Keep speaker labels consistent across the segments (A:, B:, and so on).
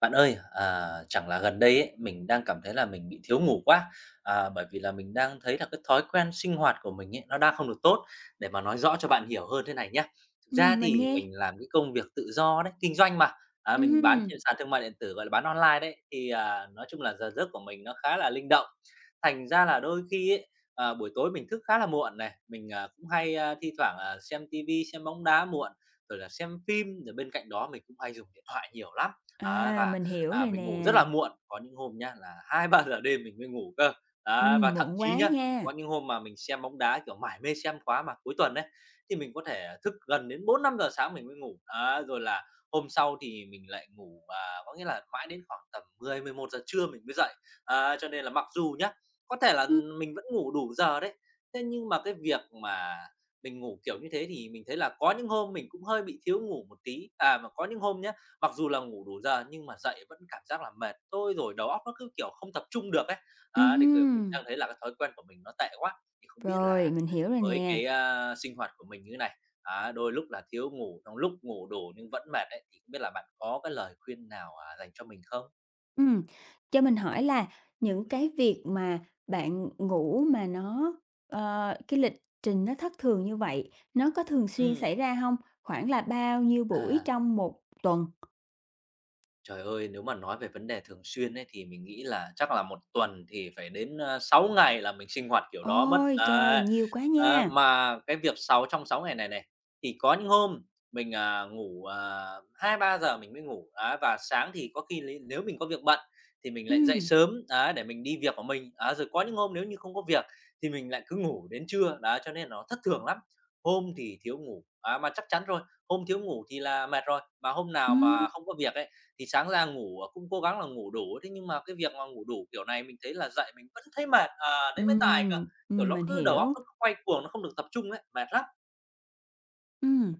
A: Bạn ơi, chẳng là gần đây ấy, mình đang cảm thấy là mình bị thiếu ngủ quá, bởi vì là mình đang thấy là cái thói quen sinh hoạt của mình ấy, nó đang không được tốt. Để mà nói rõ cho bạn hiểu hơn thế này nhé, thực ra
B: Mình
A: thì
B: nghe.
A: mình làm cái công việc tự do đấy, kinh doanh mà, mình bán
B: Ừm,
A: trên sàn thương mại điện tử, gọi là, bán online đấy, thì, nói chung là giờ giấc của mình nó khá là linh động. Thành ra là đôi khi ấy, buổi tối mình thức khá là muộn này, mình, cũng hay, thi thoảng, xem tivi, xem bóng đá muộn, rồi là xem phim, rồi bên cạnh đó mình cũng hay dùng điện thoại nhiều lắm. Á, và,
B: mình hiểu rồi
A: mình ngủ rất
B: nè.
A: là muộn, có những hôm nhá là 2-3 giờ đêm mình mới ngủ cơ. Á, và thậm
B: Muộn
A: chí
B: quá
A: nhá,
B: nha.
A: có những hôm mà mình xem bóng đá, kiểu, mải mê xem quá mà cuối tuần đấy thì mình có thể thức gần đến 4-5 giờ sáng mình mới ngủ. Á, rồi là hôm sau thì mình lại ngủ, có nghĩa là mãi đến khoảng tầm 10-11 giờ trưa mình mới dậy. Á, cho nên là mặc dù nhá, có thể là
B: Ừm,
A: mình vẫn ngủ đủ giờ đấy, thế nhưng mà cái việc mà mình ngủ kiểu như thế thì mình thấy là có những hôm mình cũng hơi bị thiếu ngủ một tí. Mà có những hôm nhá, mặc dù là ngủ đủ giờ nhưng mà dậy vẫn cảm giác là mệt, thôi rồi đầu óc nó cứ, kiểu, không tập trung được ấy. Á, thì, kiểu, mình
B: ừm,
A: đang thấy là cái thói quen của mình nó tệ quá, thì không biết là
B: rồi, mình hiểu rồi
A: với
B: nè.
A: cái, sinh hoạt của mình như này, á, đôi lúc là thiếu ngủ, trong lúc ngủ đủ nhưng vẫn mệt ấy, thì không biết là bạn có cái lời khuyên nào, dành cho mình không?
B: Ừm, cho mình hỏi là những cái việc mà bạn ngủ mà nó cái lịch trình nó thất thường như vậy, nó có thường xuyên
A: Ừm.
B: xảy ra không? Khoảng là bao nhiêu buổi
A: à.
B: trong một tuần?
A: Trời ơi, nếu mà nói về vấn đề thường xuyên ấy, thì mình nghĩ là chắc là một tuần thì phải đến, 6 ngày là mình sinh hoạt kiểu đó mất.
B: Ôi trời,
A: Đấy,
B: nhiều quá
A: á,
B: nha!
A: mà cái việc 6/6 ngày này này, thì có những hôm mình, ngủ, 2-3 giờ mình mới ngủ, á, và sáng thì có khi lấy nếu mình có việc bận thì mình lại dậy
B: Ừm,
A: sớm, á, để mình đi việc của mình. Á, rồi có những hôm nếu như không có việc thì mình lại cứ ngủ đến trưa, đó, cho nên nó thất thường lắm. Hôm thì thiếu ngủ, á, mà chắc chắn rồi, hôm thiếu ngủ thì là mệt rồi, mà hôm nào
B: ừm,
A: mà không có việc ấy thì sáng ra ngủ, cũng cố gắng là ngủ đủ, thế nhưng mà cái việc mà ngủ đủ kiểu này mình thấy là dậy mình vẫn thấy mệt, đấy mới tài cơ, kiểu, nó
B: mình
A: cứ đầu óc
B: hiểu.
A: nó cứ quay cuồng, nó không được tập trung ấy, mệt lắm.
B: Ừm.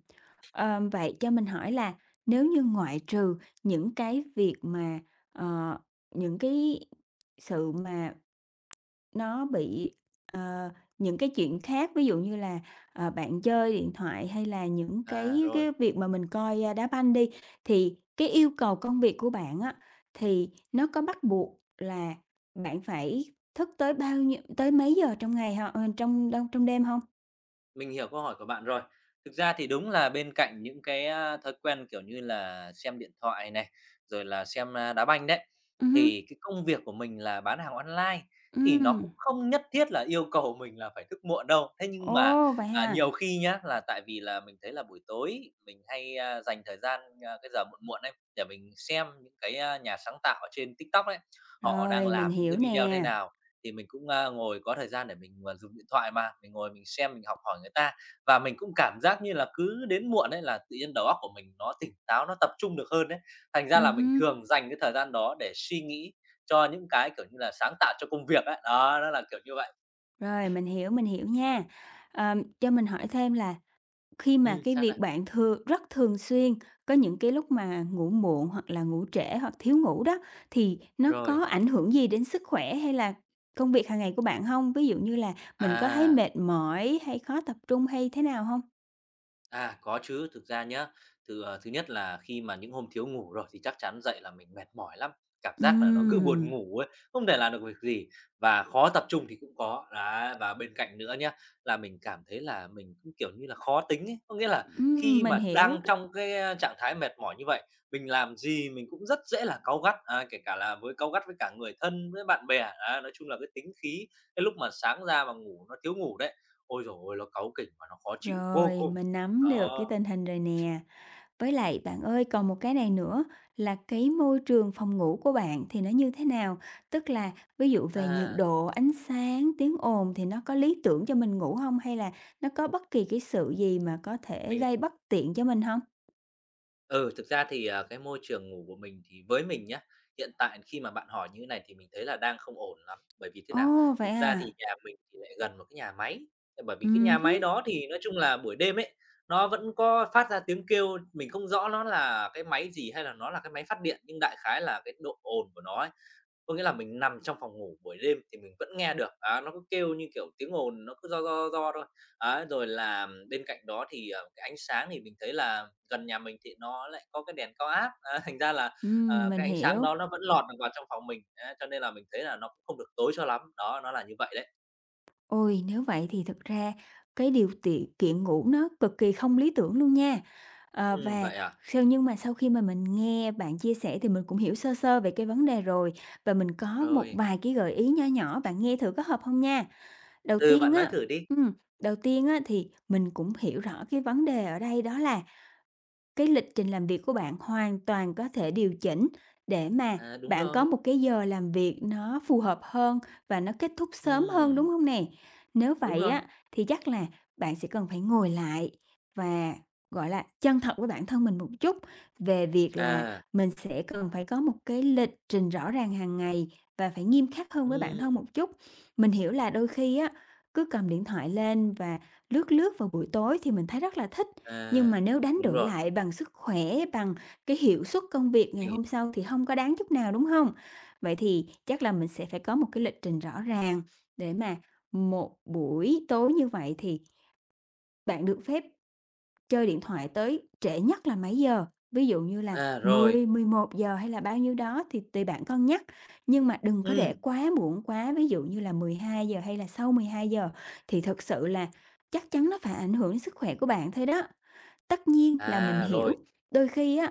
B: Vậy cho mình hỏi là nếu như ngoại trừ những cái việc mà, ờ, những cái sự mà nó bị ờ, những cái chuyện khác, ví dụ như là, bạn chơi điện thoại hay là những
A: À,
B: cái
A: rồi.
B: cái việc mà mình coi, đá banh đi, thì cái yêu cầu công việc của bạn á, thì nó có bắt buộc là bạn phải thức tới bao nhiêu tới mấy giờ trong ngày hông? Ờ, Trong trong đêm không?
A: Mình hiểu câu hỏi của bạn rồi. Thực ra thì đúng là bên cạnh những cái, thói quen, kiểu như là, xem điện thoại này, rồi là xem, đá banh đấy,
B: Ừ, ừ,
A: thì cái công việc của mình là bán hàng online, thì
B: ừm,
A: nó cũng không nhất thiết là yêu cầu mình là phải thức muộn đâu. Thế nhưng mà,
B: ồ, vậy
A: nhiều
B: ha?
A: khi nhá, là tại vì là mình thấy là buổi tối mình hay, dành thời gian, cái giờ muộn muộn ấy, để mình xem những cái, nhà sáng tạo ở trên TikTok ấy, họ đang
B: Rồi, mình
A: làm những
B: hiểu
A: cái video thế
B: nè.
A: nào thì mình cũng, ngồi có thời gian để mình, dùng điện thoại mà, mình ngồi mình xem mình học hỏi người ta. Và mình cũng cảm giác như là cứ đến muộn ấy là tự nhiên đầu óc của mình nó tỉnh táo, nó tập trung được hơn đấy. Thành ra là mình
B: Hứm,
A: thường dành cái thời gian đó để suy nghĩ cho những cái, kiểu như là, sáng tạo cho công việc ấy. Đó, nó là kiểu như vậy.
B: rồi, mình hiểu nha. Cho mình hỏi thêm là khi mà cái
A: Sao
B: việc
A: này.
B: bạn thường rất thường xuyên có những cái lúc mà ngủ muộn hoặc là ngủ trễ hoặc thiếu ngủ đó, thì nó có
A: Rồi.
B: ảnh hưởng gì đến sức khỏe hay là công việc hàng ngày của bạn không? Ví dụ như là mình có thấy
A: À.
B: mệt mỏi hay khó tập trung hay thế nào không?
A: À, có chứ, thực ra nhá, thứ nhất là khi mà những hôm thiếu ngủ rồi thì chắc chắn dậy là mình mệt mỏi lắm, cảm giác là nó cứ buồn
B: Ừm,
A: ngủ ấy, không thể làm được việc gì và khó tập trung thì cũng có. Đấy, và bên cạnh nữa nhá, là mình cảm thấy là mình cũng, kiểu như là, khó tính ấy, có nghĩa là khi
B: mình
A: mà
B: hiểu,
A: đang trong cái trạng thái mệt mỏi như vậy, mình làm gì mình cũng rất dễ là cáu gắt, kể cả là với cáu gắt với cả người thân, với bạn bè. Đấy, nói chung là cái tính khí cái lúc mà sáng ra mà ngủ nó thiếu ngủ đấy, ôi rồi ơi, nó cáu kỉnh và nó khó chịu vô
B: rồi,
A: cùng.
B: mình nắm được cái
A: Đó,
B: tình hình rồi nè. Với lại bạn ơi, còn một cái này nữa là cái môi trường phòng ngủ của bạn thì nó như thế nào? Tức là ví dụ về nhiệt
A: à,
B: độ, ánh sáng, tiếng ồn thì nó có lý tưởng cho mình ngủ không? Hay là nó có bất kỳ cái sự gì mà có thể
A: mình
B: gây bất tiện cho mình không?
A: ừ, thực ra thì, cái môi trường ngủ của mình thì với mình nhá, hiện tại khi mà bạn hỏi như thế này thì mình thấy là đang không ổn lắm, bởi vì thế nào?
B: Ồ, vậy
A: Thực ra
B: à?
A: thì nhà mình thì lại gần một cái nhà máy, thế bởi vì cái nhà máy
B: Hứm,
A: đó thì nói chung là buổi đêm ấy, nó vẫn có phát ra tiếng kêu, mình không rõ nó là cái máy gì hay là nó là cái máy phát điện, nhưng đại khái là cái độ ồn của nó ấy, có nghĩa là mình nằm trong phòng ngủ buổi đêm thì mình vẫn nghe được, á, nó cứ kêu như kiểu tiếng ồn nó cứ do do do thôi. Ấy, rồi là bên cạnh đó thì, cái ánh sáng thì mình thấy là gần nhà mình thì nó lại có cái đèn cao áp, á, thành ra là,
B: mình
A: cái ánh sáng
B: hiểu.
A: đó nó vẫn lọt được vào trong phòng mình, á, cho nên là mình thấy là nó cũng không được tối cho lắm. Đó, nó là như vậy đấy.
B: Ôi, nếu vậy thì thực ra cái điều tiện kiện ngủ nó cực kỳ không lý tưởng luôn nha. Ờ, và
A: Vậy à?
B: sau nhưng mà sau khi mà mình nghe bạn chia sẻ thì mình cũng hiểu sơ sơ về cái vấn đề rồi và mình có một
A: Rồi.
B: vài cái gợi ý nho nhỏ, bạn nghe thử có hợp không nha. Đầu
A: Ừ,
B: tiên
A: bạn nói
B: á
A: thử đi.
B: ừm, Đầu tiên á thì mình cũng hiểu rõ cái vấn đề ở đây đó là cái lịch trình làm việc của bạn hoàn toàn có thể điều chỉnh để mà
A: À, đúng
B: bạn có
A: rồi.
B: một cái giờ làm việc nó phù hợp hơn và nó kết thúc sớm hơn, đúng
A: Ừm,
B: không nè? Nếu
A: đúng
B: vậy
A: rồi.
B: á, thì chắc là bạn sẽ cần phải ngồi lại và, gọi là, chân thật với bản thân mình một chút về việc là
A: À,
B: mình sẽ cần phải có một cái lịch trình rõ ràng hàng ngày và phải nghiêm khắc hơn với bản thân
A: ừm,
B: một chút. Mình hiểu là đôi khi á, cứ cầm điện thoại lên và lướt lướt vào buổi tối thì mình thấy rất là thích,
A: à,
B: nhưng mà nếu đánh
A: đúng
B: đổi
A: rồi,
B: lại bằng sức khỏe, bằng cái hiệu suất công việc ngày
A: mình hiểu.
B: hôm sau thì không có đáng chút nào, đúng không? Vậy thì chắc là mình sẽ phải có một cái lịch trình rõ ràng để mà một buổi tối như vậy thì bạn được phép chơi điện thoại tới trễ nhất là mấy giờ? Ví dụ như là
A: Rồi,
B: 10 11 giờ hay là bao nhiêu đó thì tùy bạn cân nhắc, nhưng mà đừng có để
A: ừm,
B: quá muộn quá, ví dụ như là 12 giờ hay là sau 12 giờ thì thực sự là chắc chắn nó phải ảnh hưởng đến sức khỏe của bạn thôi đó. Tất nhiên là mình hiểu,
A: rồi.
B: đôi khi á,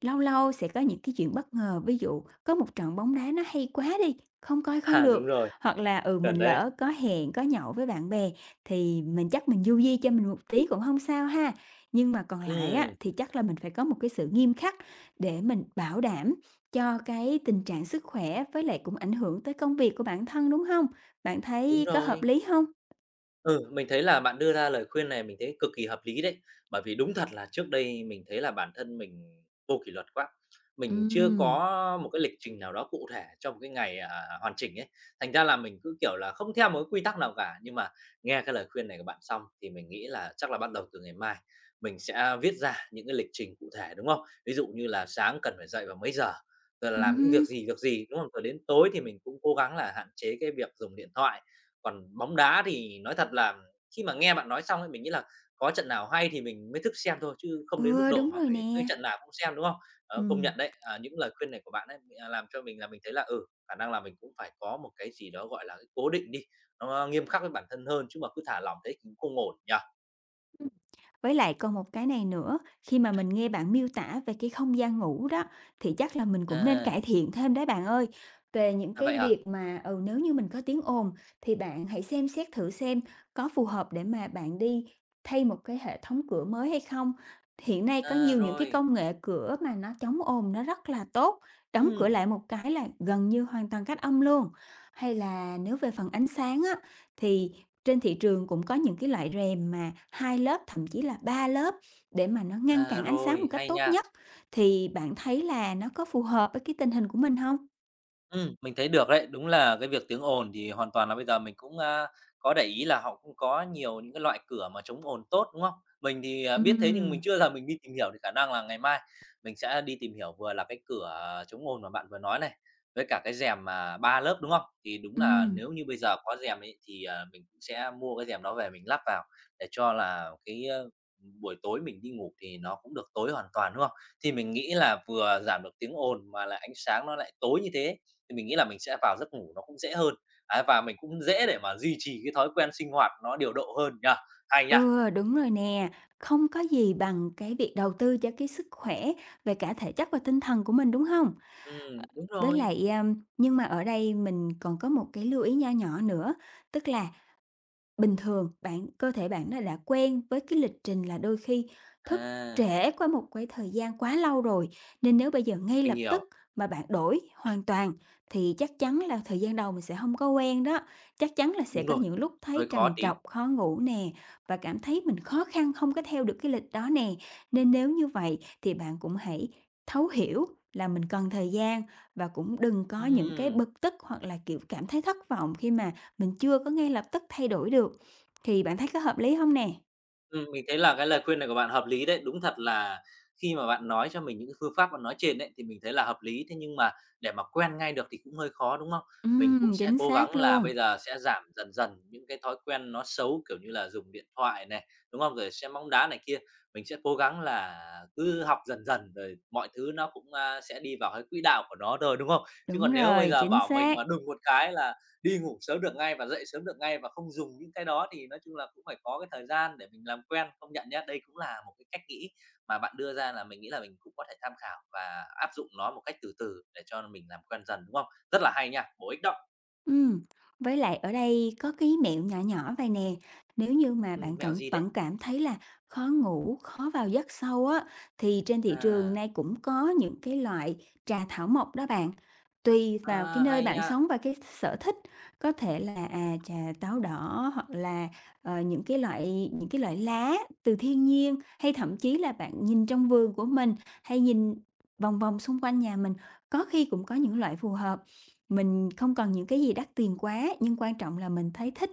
B: lâu lâu sẽ có những cái chuyện bất ngờ, ví dụ có một trận bóng đá nó hay quá đi, không coi không
A: À,
B: được,
A: đúng rồi,
B: hoặc là, ừ, mình
A: chuẩn đấy.
B: lỡ có hẹn, có nhậu với bạn bè thì mình chắc mình du di cho mình một tí cũng không sao ha. Nhưng mà còn lại á,
A: Ừm,
B: thì chắc là mình phải có một cái sự nghiêm khắc để mình bảo đảm cho cái tình trạng sức khỏe với lại cũng ảnh hưởng tới công việc của bản thân, đúng không? Bạn
A: đúng
B: thấy có hợp
A: rồi.
B: lý không?
A: Ừ, mình thấy là bạn đưa ra lời khuyên này mình thấy cực kỳ hợp lý đấy. Bởi vì đúng thật là trước đây mình thấy là bản thân mình vô kỷ luật quá. Mình chưa
B: Ừm,
A: có một cái lịch trình nào đó cụ thể cho một cái ngày, hoàn chỉnh ấy. Thành ra là mình cứ, kiểu là, không theo một cái quy tắc nào cả. Nhưng mà nghe cái lời khuyên này của bạn xong thì mình nghĩ là chắc là bắt đầu từ ngày mai mình sẽ viết ra những cái lịch trình cụ thể, đúng không? Ví dụ như là sáng cần phải dậy vào mấy giờ, rồi là làm những
B: ừm,
A: việc gì, đúng không? Rồi đến tối thì mình cũng cố gắng là hạn chế cái việc dùng điện thoại, còn bóng đá thì nói thật là khi mà nghe bạn nói xong ấy, mình nghĩ là có trận nào hay thì mình mới thức xem thôi, chứ không đến mức
B: ừ,
A: độ
B: đúng
A: mà
B: rồi
A: phải cái
B: nè,
A: trận nào cũng xem, đúng không? Ờ, công
B: ừm.
A: nhận đấy, những lời khuyên này của bạn ấy, làm cho mình là mình thấy là, ừ, khả năng là mình cũng phải có một cái gì đó, gọi là, cái cố định đi, nó nghiêm khắc với bản thân hơn, chứ mà cứ thả lỏng thế cũng không ổn nhỉ?
B: Với lại còn một cái này nữa, khi mà mình nghe bạn miêu tả về cái không gian ngủ đó, thì chắc là mình cũng nên
A: À,
B: cải thiện thêm đấy bạn ơi. Về những
A: à,
B: cái
A: vậy hả?
B: việc mà, ừ, nếu như mình có tiếng ồn thì bạn hãy xem xét thử xem có phù hợp để mà bạn đi thay một cái hệ thống cửa mới hay không. Hiện nay có
A: À,
B: nhiều những cái
A: rồi,
B: công nghệ cửa mà nó chống ồn nó rất là tốt, đóng cửa
A: ừm,
B: lại một cái là gần như hoàn toàn cách âm luôn. Hay là nếu về phần ánh sáng á, thì trên thị trường cũng có những cái loại rèm mà 2 lớp, thậm chí là 3 lớp để mà nó ngăn cản ánh sáng một
A: rồi,
B: cách
A: hay
B: tốt
A: nha.
B: nhất, thì bạn thấy là nó có phù hợp với cái tình hình của mình hông?
A: Mình thấy được đấy. Đúng là cái việc tiếng ồn thì hoàn toàn là bây giờ mình cũng, có để ý là họ cũng có nhiều những cái loại cửa mà chống ồn tốt, đúng không? Mình thì, biết thế nhưng mình
B: Ừm,
A: chưa giờ mình đi tìm hiểu thì khả năng là ngày mai mình sẽ đi tìm hiểu vừa là cái cửa chống ồn mà bạn vừa nói này, với cả cái rèm mà 3 lớp, đúng không? Thì đúng là
B: ừm,
A: nếu như bây giờ có rèm ấy thì, mình cũng sẽ mua cái rèm đó về mình lắp vào để cho là cái, buổi tối mình đi ngủ thì nó cũng được tối hoàn toàn, đúng không? Thì mình nghĩ là vừa giảm được tiếng ồn mà lại ánh sáng nó lại tối như thế thì mình nghĩ là mình sẽ vào giấc ngủ nó cũng dễ hơn, ấy, và mình cũng dễ để mà duy trì cái thói quen sinh hoạt nó điều độ hơn nhá. Hay nhá.
B: ừ, đúng rồi nè. Không có gì bằng cái việc đầu tư cho cái sức khỏe về cả thể chất và tinh thần của mình, đúng hông? Ờ,
A: Đúng
B: Với
A: rồi.
B: lại, nhưng mà ở đây mình còn có một cái lưu ý nho nhỏ nữa, tức là bình thường cơ thể bạn nó đã quen với cái lịch trình là đôi khi thức
A: À,
B: trễ qua một cái thời gian quá lâu rồi, nên nếu bây giờ ngay
A: mình
B: lập
A: hiểu.
B: tức mà bạn đổi hoàn toàn thì chắc chắn là thời gian đầu mình sẽ không có quen đó. Chắc chắn là sẽ
A: Đúng
B: có
A: rồi,
B: những lúc thấy
A: hơi khó
B: trằn
A: tí.
B: trọc, khó ngủ nè, và cảm thấy mình khó khăn không có theo được cái lịch đó nè. Nên nếu như vậy thì bạn cũng hãy thấu hiểu là mình cần thời gian và cũng đừng có những cái
A: Ừm.
B: bực tức hoặc là, kiểu, cảm thấy thất vọng khi mà mình chưa có ngay lập tức thay đổi được, thì bạn thấy có hợp lý không nè?
A: Mình thấy là cái lời khuyên này của bạn hợp lý đấy. Đúng thật là khi mà bạn nói cho mình những cái phương pháp bạn nói trên đấy thì mình thấy là hợp lý. Thế nhưng mà để mà quen ngay được thì cũng hơi khó, đúng không? Mình cũng sẽ
B: Chính
A: cố
B: xác
A: gắng là
B: luôn.
A: bây giờ sẽ giảm dần dần những cái thói quen nó xấu, kiểu như là, dùng điện thoại này, đúng không? Rồi xem bóng đá này kia. Mình sẽ cố gắng là cứ học dần dần rồi mọi thứ nó cũng, sẽ đi vào cái quỹ đạo của nó rồi đúng không? Chứ
B: Đúng
A: còn nếu bây
B: rồi,
A: giờ
B: chính
A: bảo mình
B: xác.
A: mà đùng một cái là đi ngủ sớm được ngay và dậy sớm được ngay và không dùng những cái đó thì nói chung là cũng phải có cái thời gian để mình làm quen. Công nhận nhá, đây cũng là một cái cách nghĩ mà bạn đưa ra là mình nghĩ là mình cũng có thể tham khảo và áp dụng nó một cách từ từ để cho mình làm quen dần, đúng không? Rất là hay nha, bổ ích đó.
B: Ừm, với lại ở đây có cái mẹo nhỏ nhỏ vầy nè, nếu như mà bạn
A: Mẹo
B: cận
A: gì đấy?
B: vẫn cảm thấy là khó ngủ, khó vào giấc sâu á, thì trên thị trường
A: À,
B: nay cũng có những cái loại trà thảo mộc đó bạn. Tùy
A: à,
B: vào cái nơi
A: hay
B: bạn
A: nha,
B: sống và cái sở thích, có thể là, trà táo đỏ hoặc là, những cái loại lá từ thiên nhiên, hay thậm chí là bạn nhìn trong vườn của mình, hay nhìn vòng vòng xung quanh nhà mình, có khi cũng có những loại phù hợp. Mình không cần những cái gì đắt tiền quá, nhưng quan trọng là mình thấy thích,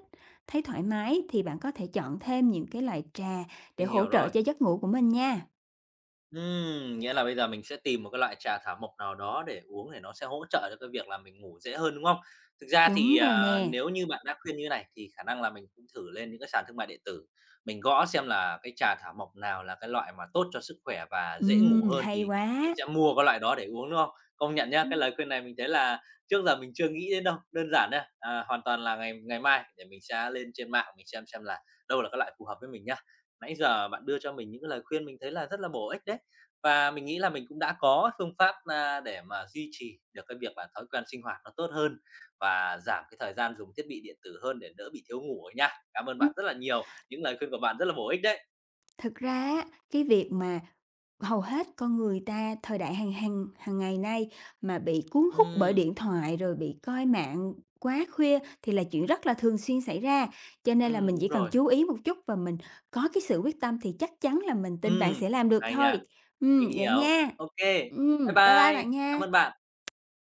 B: thấy thoải mái thì bạn có thể chọn thêm những cái loại trà để
A: mình
B: hỗ
A: hiểu
B: trợ
A: rồi.
B: cho giấc ngủ của mình nha.
A: Nghĩa là bây giờ mình sẽ tìm một cái loại trà thảo mộc nào đó để uống để nó sẽ hỗ trợ cho cái việc là mình ngủ dễ hơn, đúng không? Thực ra
B: Đúng
A: thì,
B: rồi nè.
A: nếu như bạn đã khuyên như này thì khả năng là mình cũng thử lên những cái sàn thương mại điện tử, mình gõ xem là cái trà thảo mộc nào là cái loại mà tốt cho sức khỏe và dễ ngủ hơn
B: Hay
A: thì mình
B: quá.
A: sẽ mua cái loại đó để uống, đúng không? Công nhận nhá,
B: Ừm.
A: cái lời khuyên này mình thấy là trước giờ mình chưa nghĩ đến đâu, đơn giản thôi, hoàn toàn là ngày ngày mai để mình sẽ lên trên mạng mình xem là đâu là cái loại phù hợp với mình nhá. Nãy giờ bạn đưa cho mình những cái lời khuyên mình thấy là rất là bổ ích đấy. Và mình nghĩ là mình cũng đã có phương pháp, để mà duy trì được cái việc là thói quen sinh hoạt nó tốt hơn và giảm cái thời gian dùng thiết bị điện tử hơn để đỡ bị thiếu ngủ ấy nha. Cảm ơn
B: Ừm,
A: bạn rất là nhiều, những lời khuyên của bạn rất là bổ ích đấy.
B: thực ra á, cái việc mà hầu hết con người ta thời đại hàng hàng hàng ngày nay mà bị cuốn hút bởi
A: Ừm,
B: điện thoại, rồi bị coi mạng quá khuya thì là chuyện rất là thường xuyên xảy ra, cho nên là mình chỉ
A: đúng
B: cần
A: rồi.
B: chú ý một chút và mình có cái sự quyết tâm thì chắc chắn là mình tin bạn
A: Ừm,
B: sẽ làm được
A: hay nha,
B: thôi.
A: mình
B: Vậy
A: hiểu.
B: nha.
A: OK, bye
B: Bye bye bạn
A: bye. Cảm
B: nha.
A: ơn bạn.